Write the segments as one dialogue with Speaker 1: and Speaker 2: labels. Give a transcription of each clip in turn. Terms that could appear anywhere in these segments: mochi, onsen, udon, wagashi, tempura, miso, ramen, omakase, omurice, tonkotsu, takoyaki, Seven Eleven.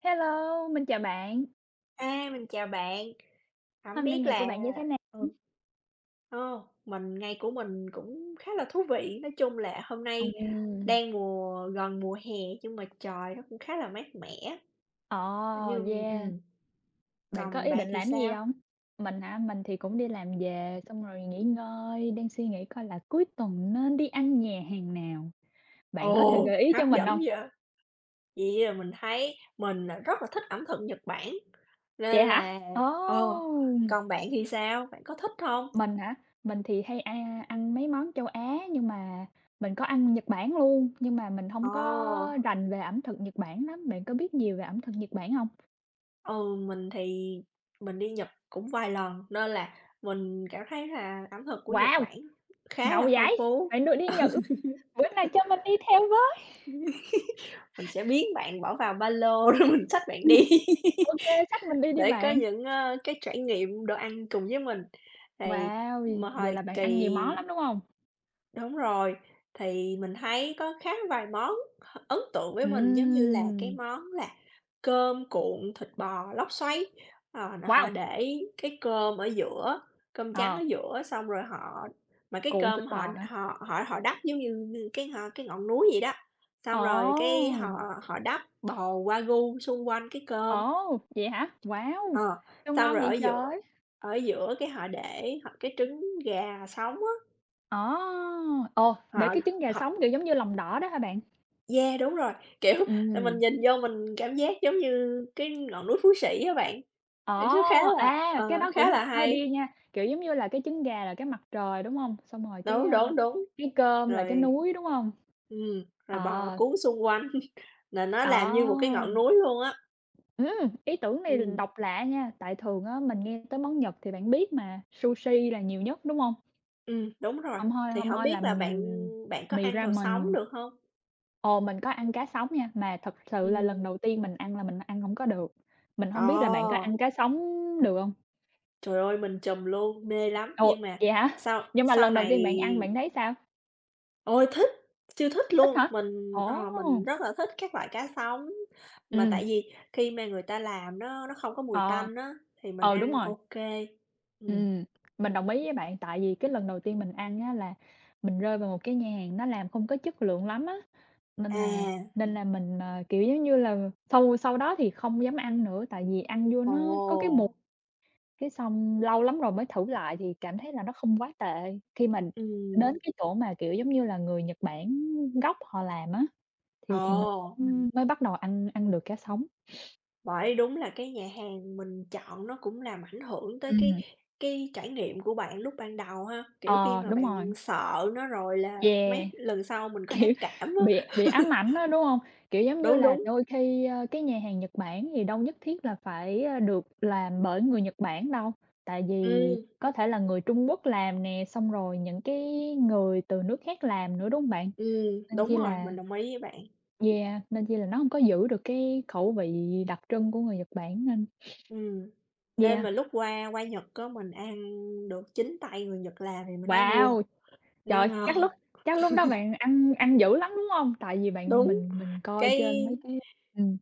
Speaker 1: Hello, mình chào bạn.
Speaker 2: A, mình chào bạn. Hổng
Speaker 1: Hôm nay
Speaker 2: biết
Speaker 1: ngày của
Speaker 2: là
Speaker 1: bạn như thế nào?
Speaker 2: ừ. Ờ, mình ngày của mình cũng khá là thú vị, nói chung là hôm nay
Speaker 1: Ừm,
Speaker 2: đang mùa gần mùa hè nhưng mà trời nó cũng khá là mát mẻ,
Speaker 1: ờ,
Speaker 2: như
Speaker 1: yeah.
Speaker 2: ừm,
Speaker 1: Bạn có
Speaker 2: còn
Speaker 1: ý
Speaker 2: bạn
Speaker 1: định
Speaker 2: thì
Speaker 1: làm gì
Speaker 2: sao?
Speaker 1: không? Mình hả? Mình thì cũng đi làm về xong rồi nghỉ ngơi, đang suy nghĩ coi là cuối tuần nên đi ăn nhà hàng nào. Bạn có thể gợi
Speaker 2: Ồ,
Speaker 1: ý
Speaker 2: hấp
Speaker 1: cho mình
Speaker 2: dẫn
Speaker 1: không?
Speaker 2: vậy! Vậy là mình thấy mình là rất là thích ẩm thực Nhật Bản, nên
Speaker 1: Vậy hả?
Speaker 2: là ờ,
Speaker 1: Ồ!
Speaker 2: còn bạn thì sao? Bạn có thích không?
Speaker 1: Mình hả? Mình thì hay ăn mấy món châu Á, nhưng mà mình có ăn Nhật Bản luôn, nhưng mà mình không
Speaker 2: Ồ.
Speaker 1: có rành về ẩm thực Nhật Bản lắm. Bạn có biết nhiều về ẩm thực Nhật Bản không?
Speaker 2: Ừ, mình thì mình đi Nhật cũng vài lần nên là mình cảm thấy là ẩm thực của Nhật
Speaker 1: Wow!
Speaker 2: Bản khá
Speaker 1: Ngầu
Speaker 2: là phong
Speaker 1: vậy!
Speaker 2: phú.
Speaker 1: Bạn đưa đi Nhật, bữa nào cho mình đi theo với.
Speaker 2: Mình sẽ biến bạn bỏ vào ba lô rồi mình xách bạn đi
Speaker 1: Ô kê, xách mình đi đi
Speaker 2: để có
Speaker 1: bạn.
Speaker 2: những, cái trải nghiệm đồ ăn cùng với mình. Thì
Speaker 1: Wow! Vậy
Speaker 2: mà
Speaker 1: vậy
Speaker 2: hồi
Speaker 1: là bạn ăn
Speaker 2: kỳ
Speaker 1: nhiều món lắm, đúng hông?
Speaker 2: đúng rồi, thì mình thấy có khá vài món h ấn tượng với mình, giống như là cái
Speaker 1: Ừm.
Speaker 2: món là cơm cuộn thịt bò lóc xoáy. Ờ, là họ
Speaker 1: Wow!
Speaker 2: để cái cơm ở giữa, cơm trắng
Speaker 1: Ờ,
Speaker 2: ở giữa, xong rồi họ mà cái
Speaker 1: cuộn thịt
Speaker 2: cơm họ
Speaker 1: bò hả?
Speaker 2: họ họ họ đắp giống như cái họ cái ngọn núi vậy đó, xong rồi cái họ
Speaker 1: Ồ!
Speaker 2: họ đắp bò Wagyu xung quanh cái cơm,
Speaker 1: Ồ, vậy hả? Wow!
Speaker 2: ờ,
Speaker 1: Sao
Speaker 2: xong
Speaker 1: ngon
Speaker 2: rồi ở
Speaker 1: vậy
Speaker 2: giữa
Speaker 1: trời?
Speaker 2: ở giữa cái họ để họ cái trứng gà sống á,
Speaker 1: Ờ, ồ, để
Speaker 2: họ
Speaker 1: cái trứng gà sống,
Speaker 2: họ
Speaker 1: kiểu, giống như lòng đỏ đó hả bạn?
Speaker 2: yeah, đúng rồi, kiểu, là mình
Speaker 1: Ừm.
Speaker 2: nhìn vô mình cảm giác giống như cái ngọn núi Phú Sĩ á bạn,
Speaker 1: Ồ,
Speaker 2: thì nó khá là
Speaker 1: cái đó
Speaker 2: khá
Speaker 1: cũng
Speaker 2: là
Speaker 1: hay
Speaker 2: hay.
Speaker 1: đi nha, kiểu, giống như là, cái trứng gà là cái mặt trời, đúng hông? Xong rồi
Speaker 2: Đúng, đúng, đúng,
Speaker 1: cái cơm là cái
Speaker 2: rồi
Speaker 1: núi, đúng hông?
Speaker 2: rồi bò
Speaker 1: Ờ.
Speaker 2: cuốn xung quanh là nó
Speaker 1: Ờ,
Speaker 2: làm như một cái ngọn núi luôn á.
Speaker 1: ừm, ý tưởng này
Speaker 2: Ừm,
Speaker 1: độc lạ nha, tại thường á mình nghe tới món Nhật thì bạn biết mà, sushi là nhiều nhất, đúng hông?
Speaker 2: đúng rồi, thì
Speaker 1: Hông
Speaker 2: hổng
Speaker 1: hôi là
Speaker 2: biết là bạn bạn có
Speaker 1: Mì
Speaker 2: ăn đồ sống
Speaker 1: ramen.
Speaker 2: được hông?
Speaker 1: Ồ, mình có ăn cá sống nha, mà thật sự là
Speaker 2: Ừm,
Speaker 1: lần đầu tiên mình ăn là mình ăn hổng có được. Mình hông biết là bạn có
Speaker 2: ờ,
Speaker 1: ăn cá sống được hông?
Speaker 2: trời ơi, mình trùm luôn, mê lắm,
Speaker 1: Ồ,
Speaker 2: nhưng mà
Speaker 1: vậy hả?
Speaker 2: sau
Speaker 1: Nhưng mà
Speaker 2: sau
Speaker 1: lần đầu tiên
Speaker 2: này
Speaker 1: bạn ăn bạn thấy sao?
Speaker 2: ôi, thích, siêu thích
Speaker 1: Thích
Speaker 2: luôn!
Speaker 1: hả?
Speaker 2: Mình,
Speaker 1: Ồ!
Speaker 2: mình rất là thích các loại cá sống, mà
Speaker 1: Ừm,
Speaker 2: tại vì khi mà người ta làm nó không có mùi
Speaker 1: ờ.
Speaker 2: tanh á, thì mình
Speaker 1: Ờ, đúng
Speaker 2: ăn
Speaker 1: rồi.
Speaker 2: ok. Ừm.
Speaker 1: Ừm, mình đồng ý với bạn, tại vì cái lần đầu tiên mình ăn á là mình rơi vào một cái nhà hàng nó làm không có chất lượng lắm á, nên
Speaker 2: À,
Speaker 1: là nên là mình, kiểu, giống như là, sau sau đó thì không dám ăn nữa, tại vì ăn vô
Speaker 2: ồ,
Speaker 1: nó có cái mùi, cái xong lâu lắm rồi mới thử lại thì cảm thấy là nó không quá tệ. Khi mà
Speaker 2: ừm,
Speaker 1: đến cái chỗ mà, kiểu, giống như là, người Nhật Bản gốc họ làm á, thì
Speaker 2: ồ,
Speaker 1: thì mình mới mới bắt đầu ăn ăn được cá sống.
Speaker 2: bởi đúng là cái nhà hàng mình chọn nó cũng làm ảnh hưởng tới cái
Speaker 1: Ừm,
Speaker 2: cái trải nghiệm của bạn lúc ban đầu ha, kiểu, khi
Speaker 1: ờ,
Speaker 2: mà
Speaker 1: đúng
Speaker 2: bạn
Speaker 1: rồi,
Speaker 2: sợ nó rồi là
Speaker 1: yeah.
Speaker 2: mấy lần sau mình có ác
Speaker 1: Kiểu,
Speaker 2: cảm
Speaker 1: bị
Speaker 2: á.
Speaker 1: bị ám ảnh á, đúng hông? Kiểu, giống như
Speaker 2: Đúng,
Speaker 1: là
Speaker 2: đúng.
Speaker 1: đôi khi, cái nhà hàng Nhật Bản thì đâu nhất thiết là phải, được làm bởi người Nhật Bản đâu, tại vì
Speaker 2: Ừm,
Speaker 1: có thể là người Trung Quốc làm nè, xong rồi những cái người từ nước khác làm nữa, đúng hông bạn? Nên
Speaker 2: đúng
Speaker 1: chi
Speaker 2: rồi,
Speaker 1: là
Speaker 2: mình đồng ý với bạn.
Speaker 1: yeah, nên chi là nó hông có giữ được cái khẩu vị đặc trưng của người Nhật Bản nên
Speaker 2: Ừm, nên
Speaker 1: yeah.
Speaker 2: mà lúc qua qua Nhật á, mình ăn được chính tay người Nhật làm thì mình thấy, wow,
Speaker 1: Wow!
Speaker 2: nó
Speaker 1: Trời, chắc
Speaker 2: ngon.
Speaker 1: lúc chắc lúc đó bạn ăn ăn dữ lắm, đúng hông? Tại vì bạn
Speaker 2: Đúng,
Speaker 1: mình coi trên
Speaker 2: cái
Speaker 1: mấy cái ừm,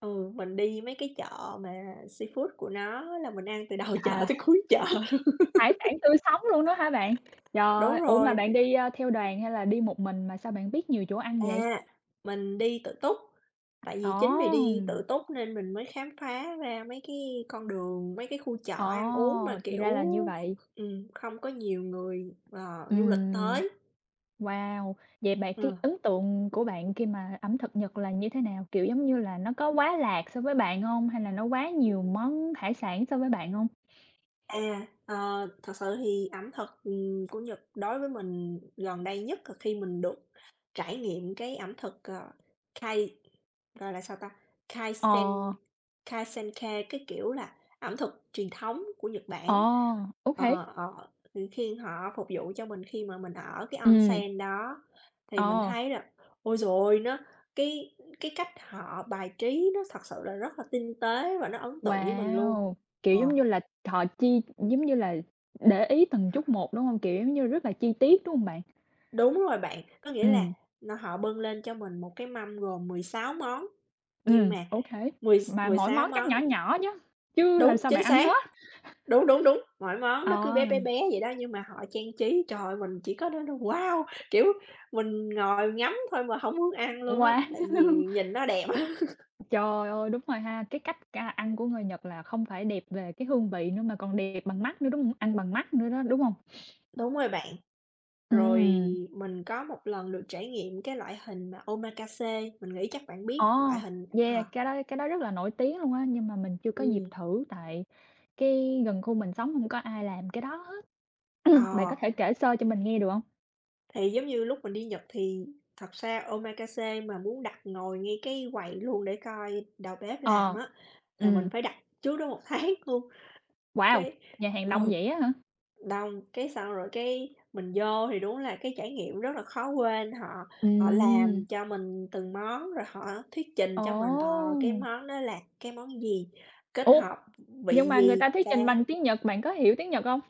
Speaker 2: ừ, mình đi mấy cái chợ mà seafood của nó là mình ăn từ đầu chợ
Speaker 1: thà
Speaker 2: tới cuối chợ luôn.
Speaker 1: hải sản tươi sống luôn đó hả bạn?
Speaker 2: Đúng
Speaker 1: Trời, ủa, mà
Speaker 2: rồi,
Speaker 1: bạn đi, theo đoàn hay là đi một mình mà sao bạn biết nhiều chỗ ăn vậy?
Speaker 2: à, mình đi tự túc, tại vì chính vì
Speaker 1: Ồ,
Speaker 2: đi tự túc nên mình mới khám phá ra mấy cái con đường, mấy cái khu chợ
Speaker 1: ồ,
Speaker 2: ăn uống mà,
Speaker 1: thì ra
Speaker 2: kiểu,
Speaker 1: là như vậy.
Speaker 2: kh không có nhiều người, du lịch
Speaker 1: Ừm,
Speaker 2: tới.
Speaker 1: wow, vậy bạn cái
Speaker 2: Ờ.
Speaker 1: ấn tượng của bạn khi mà ẩm thực Nhật là như thế nào? Kiểu, giống như là, nó có quá lạc so với bạn hông? Hay là nó quá nhiều món hải sản so với bạn hông?
Speaker 2: À, thật sự thì ẩm thực, của Nhật đối với mình gần đây nhất là khi mình được trải nghiệm cái ẩm thực, ờ, Kai gọi là sao ta?
Speaker 1: Ờ,
Speaker 2: Kaisen Kaizenkai, cái kiểu là ẩm thực truyền thống của Nhật Bản.
Speaker 1: ờ,
Speaker 2: Ờ,
Speaker 1: okay.
Speaker 2: ờ, thì khi họ phục vụ cho mình khi mà mình ở cái
Speaker 1: Ừm,
Speaker 2: onsen đó thì mình
Speaker 1: ờ.
Speaker 2: thấy là ôi rồi nó cái cách họ bài trí nó thật sự là rất là tinh tế và nó ấn tượng với mình luôn.
Speaker 1: Wow! Kiểu,
Speaker 2: Ờ.
Speaker 1: giống như là, họ giống như là, để ý từng chút một, đúng hông? Kiểu, giống như rất là chi tiết, đúng hông bạn?
Speaker 2: Đúng rồi bạn, có nghĩa là
Speaker 1: Ừm,
Speaker 2: nó họ bưng lên cho mình một cái mâm gồm 16 món, nhưng mà
Speaker 1: ô kê.
Speaker 2: mười
Speaker 1: Mà
Speaker 2: mười
Speaker 1: mỗi
Speaker 2: sáu
Speaker 1: món chắc nhỏ
Speaker 2: món
Speaker 1: nhỏ chứ, chứ làm
Speaker 2: đúng,
Speaker 1: sao
Speaker 2: chính
Speaker 1: bạn ăn
Speaker 2: xác,
Speaker 1: hết?
Speaker 2: đúng, đúng, đúng, mỗi món
Speaker 1: Ờ,
Speaker 2: nó cứ bé, bé, bé vậy đó, nhưng mà họ trang trí, trời ơi, mình chỉ có đó thôi, wow, kiểu, mình ngồi ngắm thôi mà không muốn ăn luôn á,
Speaker 1: wow!
Speaker 2: tại vì nhìn nó đẹp.
Speaker 1: Trời ơi, đúng rồi ha, cái cách ăn của người Nhật là không phải đẹp về cái hương vị nữa mà còn đẹp bằng mắt nữa, đúng hông? Ăn bằng mắt nữa đó, đúng hông?
Speaker 2: Đúng rồi bạn, rồi
Speaker 1: Ừm,
Speaker 2: mình có một lần được trải nghiệm cái loại hình mà omakase, mình nghĩ chắc bạn
Speaker 1: ờ,
Speaker 2: biết loại hình ờ,
Speaker 1: yeah, cái đó rất là nổi tiếng luôn á, nhưng mà mình chưa có dịp
Speaker 2: ừm,
Speaker 1: thử tại cái gần khu mình sống hông có ai làm cái đó. Bạn
Speaker 2: ờ.
Speaker 1: có thể kể sơ cho mình nghe được hông?
Speaker 2: Thì giống như lúc mình đi Nhật thì thật ra omakase mà muốn đặt ngồi ngay cái quầy luôn để coi đầu bếp làm
Speaker 1: Ờ.
Speaker 2: á, là mình
Speaker 1: Ừm.
Speaker 2: phải đặt trước đó một tháng luôn.
Speaker 1: Wow!
Speaker 2: Cái
Speaker 1: Nhà hàng đông
Speaker 2: ừ,
Speaker 1: vậy á hả?
Speaker 2: đông, cái xong rồi cái mình vô thì đúng là cái trải nghiệm rất là khó quên, họ họ
Speaker 1: Ừm.
Speaker 2: làm cho mình từng món, rồi họ thuyết trình cho mình, cái
Speaker 1: Ồ!
Speaker 2: món đó là cái món gì, kết
Speaker 1: Ủa,
Speaker 2: hợp vị
Speaker 1: nhưng mà người
Speaker 2: gì,
Speaker 1: ta thuyết
Speaker 2: cả
Speaker 1: trình bằng tiếng Nhật, bạn có hiểu tiếng Nhật hông?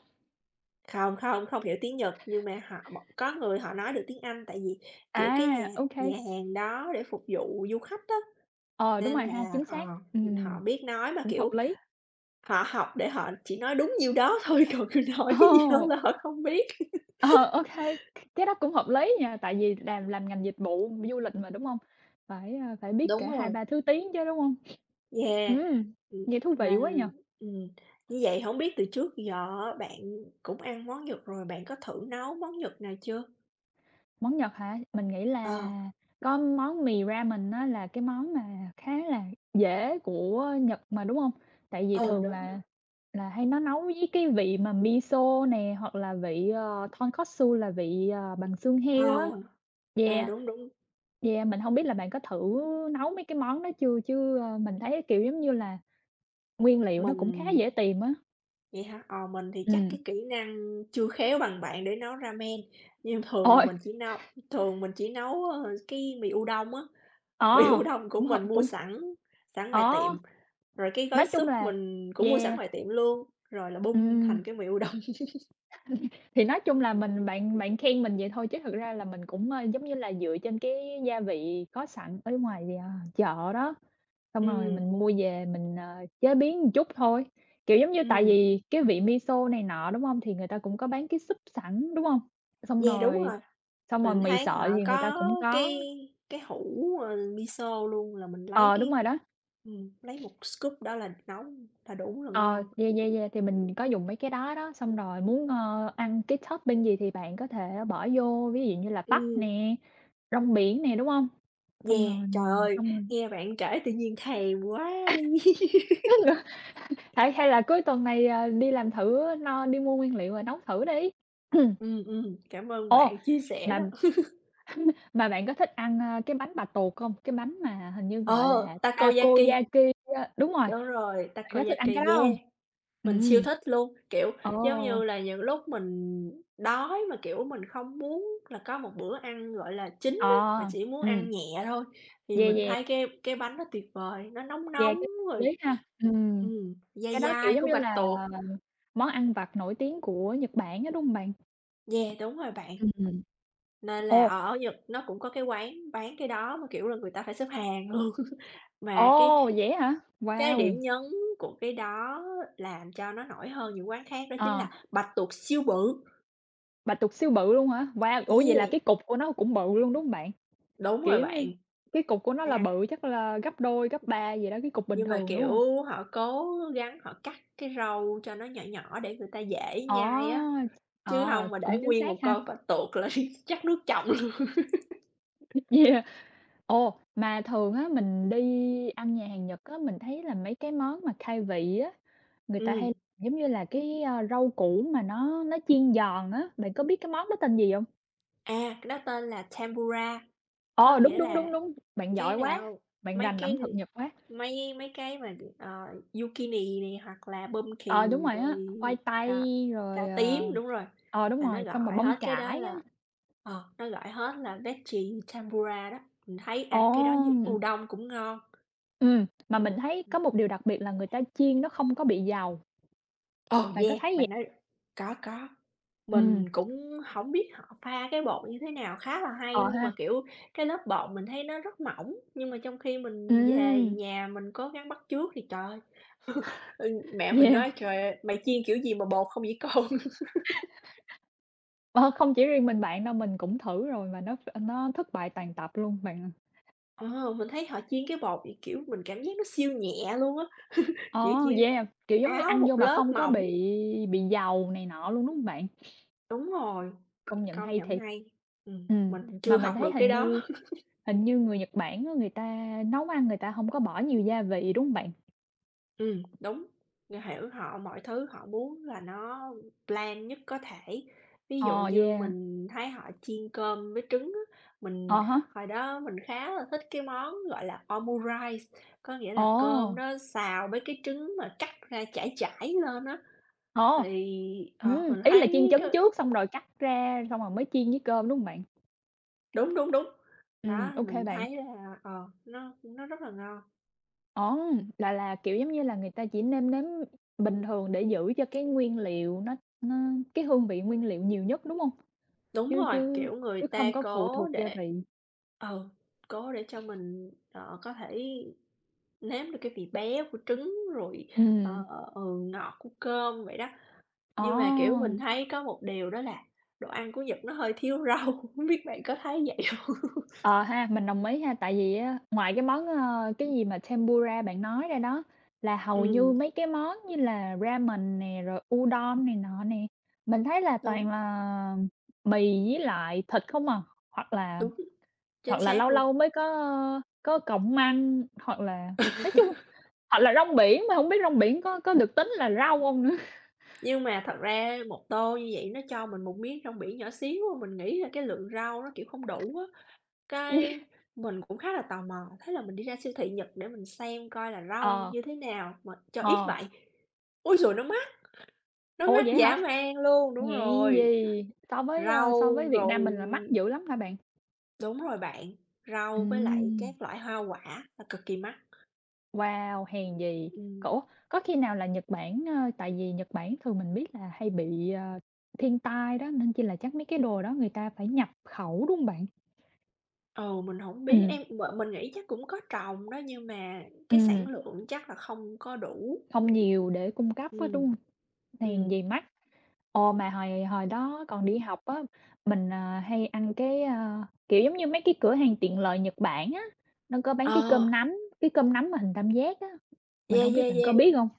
Speaker 2: không, không, không hiểu tiếng Nhật nhưng mà họ một có người họ nói được tiếng Anh tại vì,
Speaker 1: À,
Speaker 2: kiểu, cái nhà
Speaker 1: ô kê.
Speaker 2: nhà hàng đó để phục vụ du khách đó
Speaker 1: Ờ, đúng
Speaker 2: nên
Speaker 1: rồi
Speaker 2: là,
Speaker 1: ha, chính xác.
Speaker 2: họ biết nói mà,
Speaker 1: Cũng hợp
Speaker 2: kiểu,
Speaker 1: lý.
Speaker 2: họ học để họ chỉ nói đúng nhiêu đó thôi, còn cứ nói cái gì đó
Speaker 1: Ồ!
Speaker 2: là họ không biết.
Speaker 1: Ờ, ô kê, cái đó cũng hợp lý nha, tại vì làm ngành dịch vụ du lịch mà, đúng hông? Phải biết
Speaker 2: Đúng
Speaker 1: cả hai
Speaker 2: rồi,
Speaker 1: ba thứ tiếng chứ, đúng hông?
Speaker 2: yeah,
Speaker 1: Ừm,
Speaker 2: ừm,
Speaker 1: nghe thú vị quá nhỉ?
Speaker 2: nên ừm, như vậy không biết từ trước giờ á bạn cũng ăn món Nhật rồi, bạn có thử nấu món Nhật nào chưa?
Speaker 1: Món Nhật hả? Mình nghĩ là
Speaker 2: Ờ,
Speaker 1: có món mì ramen á là cái món mà khá là dễ của Nhật mà, đúng hông? Tại vì
Speaker 2: ừ,
Speaker 1: thường
Speaker 2: đúng, đúng.
Speaker 1: là hay nó nấu với cái vị mà miso nè, hoặc là vị, tonkotsu là vị, bằng xương
Speaker 2: Ờ,
Speaker 1: heo á.
Speaker 2: ờ,
Speaker 1: Yeah,
Speaker 2: đúng, đúng,
Speaker 1: yeah, mình hông biết là bạn có thử nấu mấy cái món đó chưa? Chứ, mình thấy, kiểu, giống như là nguyên liệu nó cũng khá dễ
Speaker 2: mình
Speaker 1: tìm á.
Speaker 2: vậy hả? Ờ, mình thì chắc
Speaker 1: Ừm,
Speaker 2: cái kỹ năng chưa khéo bằng bạn để nấu ramen, nhưng thường là
Speaker 1: ôi,
Speaker 2: mình chỉ nấu thường mình chỉ nấu, cái mì udon á, mì
Speaker 1: ờ,
Speaker 2: udon của
Speaker 1: cũng hợp
Speaker 2: mình mua
Speaker 1: cũng
Speaker 2: sẵn sẵn ngoài tiệm,
Speaker 1: ờ,
Speaker 2: rồi cái gói
Speaker 1: nói chung
Speaker 2: súp
Speaker 1: là
Speaker 2: mình cũng mua sẵn
Speaker 1: yeah,
Speaker 2: ngoài tiệm luôn, rồi là bung
Speaker 1: ừm.
Speaker 2: thành cái mì udon.
Speaker 1: Thì nói chung là mình bạn bạn khen mình vậy thôi chứ thực ra là mình cũng, giống như là, dựa trên cái gia vị có sẵn ở ngoài, chợ đó, xong rồi
Speaker 2: Ừ,
Speaker 1: mình mua về mình, chế biến một chút thôi. Kiểu, giống như, tại
Speaker 2: ừm,
Speaker 1: vì cái vị miso này nọ, đúng không? Thì người ta cũng có bán cái súp sẵn, đúng không? Xong
Speaker 2: yeah, đúng
Speaker 1: rồi
Speaker 2: rồi, mình
Speaker 1: mì
Speaker 2: thấy
Speaker 1: sợi
Speaker 2: họ
Speaker 1: gì người ta
Speaker 2: có
Speaker 1: cũng có
Speaker 2: cái cái hũ, miso luôn là mình lấy
Speaker 1: ờ, đúng rồi
Speaker 2: cái
Speaker 1: đó.
Speaker 2: lấy một scoop đó là nấu là đủ là
Speaker 1: Ờ,
Speaker 2: ngon.
Speaker 1: yeah, yeah, yeah, thì mình có dùng mấy cái đó đó, xong rồi muốn, ăn cái topping gì thì bạn có thể bỏ vô, ví dụ như là bắp
Speaker 2: Ừm.
Speaker 1: nè, rong biển nè, đúng không? Xong
Speaker 2: Yeah,
Speaker 1: rồi,
Speaker 2: trời ơi,
Speaker 1: xong rồi
Speaker 2: nghe bạn kể tự nhiên thèm quá đi.
Speaker 1: hay hay là cuối tuần này, đi làm thử no đi mua nguyên liệu rồi nấu thử đi.
Speaker 2: Cảm ơn
Speaker 1: Ồ,
Speaker 2: bạn chia sẻ
Speaker 1: mà
Speaker 2: đó.
Speaker 1: mà bạn có thích ăn, cái bánh bà tuột không? Cái bánh mà hình như
Speaker 2: Ờ,
Speaker 1: gọi là
Speaker 2: takoyaki,
Speaker 1: takoyaki á đúng rồi,
Speaker 2: đúng rồi,
Speaker 1: bạn có thích
Speaker 2: takoyaki,
Speaker 1: ăn cái đó không?
Speaker 2: yeah, mình siêu
Speaker 1: Ừm,
Speaker 2: thích luôn, kiểu,
Speaker 1: ồ,
Speaker 2: giống như là, những lúc mình đói mà, kiểu, mình không muốn là có một bữa ăn, gọi là, chính á,
Speaker 1: ờ,
Speaker 2: mà chỉ muốn
Speaker 1: ừm,
Speaker 2: ăn nhẹ thôi, thì
Speaker 1: yeah,
Speaker 2: mình
Speaker 1: yeah.
Speaker 2: thấy cái bánh nó tuyệt vời, nó nóng
Speaker 1: Yeah,
Speaker 2: nóng
Speaker 1: cái hợp
Speaker 2: rồi,
Speaker 1: lý ha. Ừm,
Speaker 2: dai
Speaker 1: cái đó, kiểu,
Speaker 2: dai
Speaker 1: giống
Speaker 2: của
Speaker 1: như
Speaker 2: bạch
Speaker 1: là ờ,
Speaker 2: tuộc.
Speaker 1: món ăn vặt nổi tiếng của Nhật Bản á, đúng hông bạn?
Speaker 2: Yeah, đúng rồi bạn.
Speaker 1: Ừm.
Speaker 2: Nên là
Speaker 1: Ồ,
Speaker 2: ở ở Nhật nó cũng có cái quán bán cái đó mà, kiểu là, người ta phải xếp hàng luôn. Mà
Speaker 1: ồ, vậy á hả?
Speaker 2: cái
Speaker 1: Wow!
Speaker 2: điểm nhấn của cái đó làm cho nó nổi hơn những quán khác đó chính
Speaker 1: Ờ,
Speaker 2: là bạch tuộc siêu bự.
Speaker 1: bạch tuộc siêu bự luôn hả? Wow, ủa, vậy là
Speaker 2: Yeah,
Speaker 1: cái cục của nó cũng bự luôn, đúng hông bạn?
Speaker 2: đúng
Speaker 1: Kiểu,
Speaker 2: rồi
Speaker 1: giống như,
Speaker 2: bạn.
Speaker 1: cái cục của nó là
Speaker 2: À,
Speaker 1: bự chắc là gấp đôi, gấp ba gì đó cái cục bình
Speaker 2: nhưng mà,
Speaker 1: thường, đúng hông?
Speaker 2: kiểu, họ cố gắng họ cắt cái râu cho nó nhỏ nhỏ để người ta dễ nhai á,
Speaker 1: Ờ,
Speaker 2: chứ
Speaker 1: ờ,
Speaker 2: không mà
Speaker 1: cũng
Speaker 2: để
Speaker 1: chính
Speaker 2: nguyên
Speaker 1: xác
Speaker 2: một
Speaker 1: ha.
Speaker 2: con bạch tuộc là chắc nước chọng luôn.
Speaker 1: Yeah. Ồ, mà thường á, mình đi ăn nhà hàng Nhật á, mình thấy là mấy cái món mà khai vị á. Người ta
Speaker 2: Ừm,
Speaker 1: hay giống như là cái, rau củ mà nó chiên giòn á, bạn có biết cái món đó tên gì hông?
Speaker 2: à, cái đó tên là Tempura,
Speaker 1: Ờ,
Speaker 2: có
Speaker 1: đúng,
Speaker 2: nghĩa
Speaker 1: đúng,
Speaker 2: là
Speaker 1: đúng, đúng, bạn
Speaker 2: cái
Speaker 1: giỏi quá,
Speaker 2: nào?
Speaker 1: bạn
Speaker 2: Mấy
Speaker 1: rành ẩm
Speaker 2: cái
Speaker 1: thực Nhật quá.
Speaker 2: mấy mấy cái mà, zucchini nè, hoặc là
Speaker 1: Ờ, đúng
Speaker 2: pumpkin
Speaker 1: rồi
Speaker 2: rồi
Speaker 1: á, khoai tây
Speaker 2: cà
Speaker 1: rồi,
Speaker 2: cà tím, đúng rồi,
Speaker 1: đúng
Speaker 2: là nó
Speaker 1: rồi, xong rồi
Speaker 2: gọi
Speaker 1: bông
Speaker 2: hết cái đó
Speaker 1: cải á.
Speaker 2: là nó gọi hết là veggie tempura đó. Mình thấy
Speaker 1: Ồ!
Speaker 2: ăn cái đó với udon cũng ngon.
Speaker 1: Mà mình thấy có một điều đặc biệt là người ta chiên nó không có bị dầu,
Speaker 2: Ồ,
Speaker 1: bạn có
Speaker 2: yeah,
Speaker 1: thấy vậy?
Speaker 2: bạn nói có, có.
Speaker 1: Ừm,
Speaker 2: Mình cũng hổng biết họ pha cái bột như thế nào, khá là
Speaker 1: ờ
Speaker 2: hay luôn
Speaker 1: ha,
Speaker 2: mà, kiểu, cái lớp bột mình thấy nó rất mỏng, nhưng mà trong khi mình về
Speaker 1: ừm,
Speaker 2: nhà mình cố gắng bắt chước thì trời ơi, ừ, mẹ mình
Speaker 1: yeah.
Speaker 2: nói: "Trời ơi, mày chiên kiểu gì mà bột không vậy con?"
Speaker 1: Ờ, không chỉ riêng mình bạn đâu, mình cũng thử rồi mà nó thất bại tàn tập luôn bạn à.
Speaker 2: Ờ, mình thấy họ chiên cái bột thì, kiểu, mình cảm giác nó siêu nhẹ luôn á, chỉ
Speaker 1: Ồ,
Speaker 2: chỉ
Speaker 1: yeah, kiểu, giống như
Speaker 2: áo
Speaker 1: ăn
Speaker 2: một
Speaker 1: vô mà
Speaker 2: lớp
Speaker 1: không có
Speaker 2: mỏng.
Speaker 1: bị dầu này nọ luôn, đúng hông bạn?
Speaker 2: Đúng rồi,
Speaker 1: Công nhận
Speaker 2: công
Speaker 1: hay
Speaker 2: nhận
Speaker 1: thiệt.
Speaker 2: hay.
Speaker 1: Ừm,
Speaker 2: Mình chưa
Speaker 1: mà mình
Speaker 2: học
Speaker 1: thấy
Speaker 2: được cái
Speaker 1: hình
Speaker 2: đó.
Speaker 1: như hình như người Nhật Bản á, người ta nấu ăn người ta hông có bỏ nhiều gia vị, đúng hông bạn?
Speaker 2: Đúng, mình hiểu họ, mọi thứ họ muốn là nó bland nhất có thể. Ví dụ
Speaker 1: Ờ,
Speaker 2: như
Speaker 1: yeah.
Speaker 2: mình thấy họ chiên cơm với trứng á,
Speaker 1: À
Speaker 2: mình
Speaker 1: há.
Speaker 2: hồi đó mình khá là thích cái món gọi là omurice, có nghĩa là
Speaker 1: Ồ,
Speaker 2: cơm đó xào với cái trứng mà cắt ra chải chải lên á.
Speaker 1: ồ,
Speaker 2: Thì, mình
Speaker 1: ý là chiên
Speaker 2: thấy
Speaker 1: trứng
Speaker 2: cái
Speaker 1: trước xong rồi cắt ra xong rồi mới chiên với cơm, đúng hông bạn?
Speaker 2: đúng, đúng, đúng, đó, thì
Speaker 1: Ô kê
Speaker 2: mình
Speaker 1: bạn.
Speaker 2: thấy là, ờ, nó rất là ngon.
Speaker 1: Ồ, là, kiểu, giống như là, người ta chỉ nêm nếm bình thường để giữ cho cái nguyên liệu nó nó cái hương vị nguyên liệu nhiều nhất, đúng hông?
Speaker 2: Đúng
Speaker 1: Chứ
Speaker 2: rồi,
Speaker 1: chứ
Speaker 2: kiểu, người
Speaker 1: chứ không
Speaker 2: ta
Speaker 1: có phụ
Speaker 2: cố
Speaker 1: thuộc gia
Speaker 2: để
Speaker 1: vị.
Speaker 2: ừ, cố để cho mình, có thể nếm được cái vị béo của trứng rồi,
Speaker 1: Ừm.
Speaker 2: ờ, ờ, ừ, ngọt của cơm vậy đó.
Speaker 1: Ồ!
Speaker 2: Nhưng mà, kiểu, mình thấy có một điều đó là đồ ăn của Nhật nó hơi thiếu rau. Không biết bạn có thấy vậy không?
Speaker 1: Ờ ha, mình đồng ý ha, tại vì á, ngoài cái món, cái gì mà Tempura bạn nói ra đó, là hầu như
Speaker 2: Ừm,
Speaker 1: mấy cái món như là ramen nè, rồi udon này nọ nè, mình thấy là
Speaker 2: đúng,
Speaker 1: toàn là mì với lại thịt không à, hoặc là
Speaker 2: đúng, chính
Speaker 1: lâu
Speaker 2: xác luôn.
Speaker 1: lâu mới có cọng măng, hoặc là nói chung hoặc là rong biển, mà hông biết rong biển có được tính là rau hông nữa.
Speaker 2: Nhưng mà thật ra một tô như vậy nó cho mình một miếng rong biển nhỏ xíu à, mình nghĩ là cái lượng rau nó, kiểu, không đủ á.
Speaker 1: Yeah.
Speaker 2: Cái mình cũng khá là tò mò, thế là mình đi ra siêu thị Nhật để mình xem coi là rau
Speaker 1: Ờ,
Speaker 2: như thế nào mà cho ít
Speaker 1: ờ.
Speaker 2: vậy. Ôi giời, nó
Speaker 1: Ủa,
Speaker 2: mắc
Speaker 1: vậy hả?
Speaker 2: dã man luôn, đúng
Speaker 1: Hèn
Speaker 2: rồi,
Speaker 1: gì? So với
Speaker 2: rau
Speaker 1: Việt
Speaker 2: rồi
Speaker 1: Nam mình là mắc dữ lắm hả bạn?
Speaker 2: đúng rồi bạn, rau với lại
Speaker 1: Ừm.
Speaker 2: các loại hoa quả là cực kỳ mắc.
Speaker 1: Wow, hèn gì!
Speaker 2: Ừm,
Speaker 1: Cổ có khi nào là Nhật Bản, tại vì Nhật Bản thường mình biết là hay bị, thiên tai đó, nên chi là chắc mấy cái đồ đó người ta phải nhập khẩu, đúng hông bạn?
Speaker 2: ừ, mình hổng biết,
Speaker 1: Ừm,
Speaker 2: em m mình nghĩ chắc cũng có trồng đó nhưng mà cái sản
Speaker 1: ừm.
Speaker 2: lượng chắc là không có đủ.
Speaker 1: Không nhiều để cung cấp á,
Speaker 2: Ừm,
Speaker 1: đúng hông? Hèn
Speaker 2: ừm,
Speaker 1: gì mắc. Ồ, mà hồi hồi đó còn đi học á, mình, hay ăn cái, kiểu, giống như mấy cái cửa hàng tiện lợi Nhật Bản á, nó có bán
Speaker 2: ờ,
Speaker 1: cái cơm nắm mà hình tam giác á. Mình
Speaker 2: yeah,
Speaker 1: hông biết
Speaker 2: yeah,
Speaker 1: bạn có
Speaker 2: yeah.
Speaker 1: biết hông?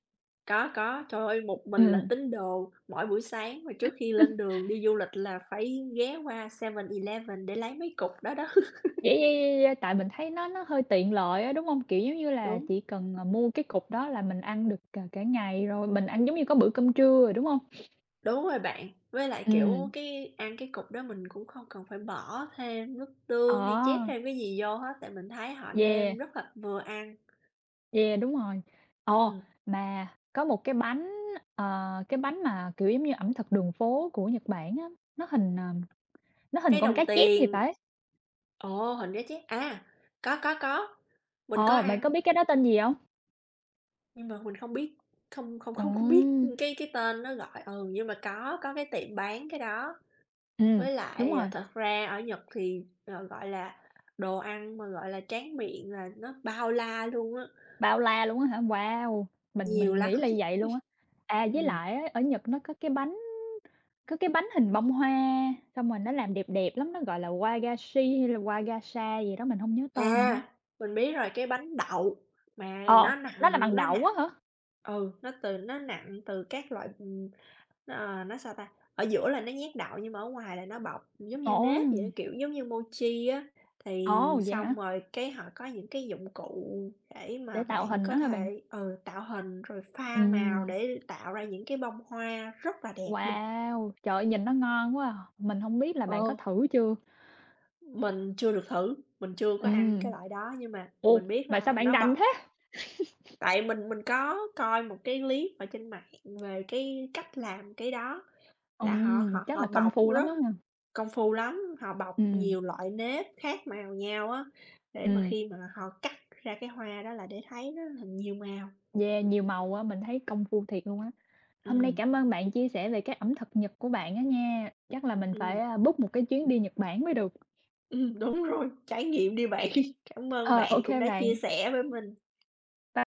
Speaker 2: Có, trời ơi, một
Speaker 1: Ừm,
Speaker 2: mình là
Speaker 1: ừm.
Speaker 2: tín đồ, mỗi buổi sáng mà trước khi lên đường đi du lịch là phải ghé qua 7-Eleven để lấy mấy cục đó đó.
Speaker 1: Yeah, yeah, yeah, yeah, tại mình thấy nó hơi tiện lợi á, đúng hông? Kiểu, giống như là,
Speaker 2: Đúng,
Speaker 1: chỉ cần, mua cái cục đó là mình ăn được cả cả ngày rồi, mình ăn giống như có bữa cơm trưa rồi, đúng hông?
Speaker 2: đúng rồi bạn, với lại, kiểu,
Speaker 1: Ừm.
Speaker 2: cái ăn cái cục đó mình cũng không cần phải bỏ thêm nước
Speaker 1: Ờ,
Speaker 2: tương hay chép thêm cái gì vô hết, tại mình thấy họ
Speaker 1: yeah,
Speaker 2: nêm rất là vừa ăn.
Speaker 1: yeah, đúng rồi. Ồ,
Speaker 2: Ừm,
Speaker 1: mà có một cái bánh, cái bánh mà, kiểu, giống như ẩm thực đường phố của Nhật Bản á, nó hình, ờ, nó hình
Speaker 2: cái
Speaker 1: con
Speaker 2: đồng
Speaker 1: cá chép thì
Speaker 2: tiền
Speaker 1: phải.
Speaker 2: ồ, hình cá chép, à, có, mình có
Speaker 1: Ờ, bạn
Speaker 2: ăn,
Speaker 1: có biết cái đó tên gì hông?
Speaker 2: nhưng mà mình không biết không không không không biết
Speaker 1: Ồ.
Speaker 2: cái tên nó gọi ừ, nhưng mà có cái tiệm bán cái đó.
Speaker 1: Ừm,
Speaker 2: Với
Speaker 1: đúng
Speaker 2: lại, à,
Speaker 1: rồi.
Speaker 2: thật ra ở Nhật thì, ờ, gọi là, đồ ăn mà, gọi là, tráng miệng là nó bao la luôn á,
Speaker 1: Bao la luôn á hả? Wow! Mình
Speaker 2: nhiều
Speaker 1: mình
Speaker 2: lắm.
Speaker 1: nghĩ là vậy luôn á. À, với
Speaker 2: Ừm.
Speaker 1: lại á, ở Nhật nó có cái bánh hình bông hoa, xong rồi nó làm đẹp đẹp lắm, nó gọi là wagashi hay là wagasha gì đó, mình hông nhớ tên nữa.
Speaker 2: À, mình biết rồi, cái bánh đậu mà
Speaker 1: Ờ, nó là bằng
Speaker 2: nó
Speaker 1: đậu á
Speaker 2: nặng
Speaker 1: hả?
Speaker 2: ừ, nó từ nó nặng từ các loại, nó, sao ta, ở giữa là nó nhét đậu nhưng mà ở ngoài là nó bọc giống như nếp
Speaker 1: Ồ!
Speaker 2: vậy á, kiểu giống như mochi á. Thì
Speaker 1: Ồ, vậy hả?
Speaker 2: xong rồi cái họ có những cái dụng cụ để
Speaker 1: Để
Speaker 2: mà
Speaker 1: tạo
Speaker 2: bạn
Speaker 1: hình đó
Speaker 2: có
Speaker 1: hả bạn?
Speaker 2: thể, ừ, tạo hình rồi pha màu
Speaker 1: Ừm,
Speaker 2: để tạo ra những cái bông hoa rất là đẹp luôn.
Speaker 1: wow! Trời ơi, nhìn nó ngon quá à! Mình hông biết là bạn có
Speaker 2: Ờ,
Speaker 1: thử chưa?
Speaker 2: mình chưa được thử, mình chưa có ăn cái
Speaker 1: Ừm.
Speaker 2: loại đó nhưng mà mình
Speaker 1: Ồ,
Speaker 2: biết
Speaker 1: mà sao
Speaker 2: là
Speaker 1: bạn
Speaker 2: nó
Speaker 1: rành thế?
Speaker 2: bọc tại mình có coi một cái clip ở trên mạng về cái cách làm cái đó, là họ họ
Speaker 1: Chắc
Speaker 2: họ
Speaker 1: là công
Speaker 2: bọc
Speaker 1: phu lắm
Speaker 2: rất
Speaker 1: đó ha?
Speaker 2: công phu lắm, họ bọc
Speaker 1: Ừm,
Speaker 2: nhiều loại nếp khác màu nhau á, để mà
Speaker 1: ừm,
Speaker 2: khi mà họ cắt ra cái hoa đó là để thấy nó là nhiều màu.
Speaker 1: yeah, nhiều màu á, mình thấy công phu thiệt luôn á. Hôm nay
Speaker 2: Ừm,
Speaker 1: cảm ơn bạn chia sẻ về các ẩm thực Nhật của bạn á nha. Chắc là mình phải,
Speaker 2: ừm,
Speaker 1: book một cái chuyến đi Nhật Bản mới được.
Speaker 2: đúng rồi, trải nghiệm đi bạn. Cảm ơn
Speaker 1: Ờ,
Speaker 2: bạn
Speaker 1: ok
Speaker 2: cũng đã chia
Speaker 1: bạn.
Speaker 2: sẻ với mình.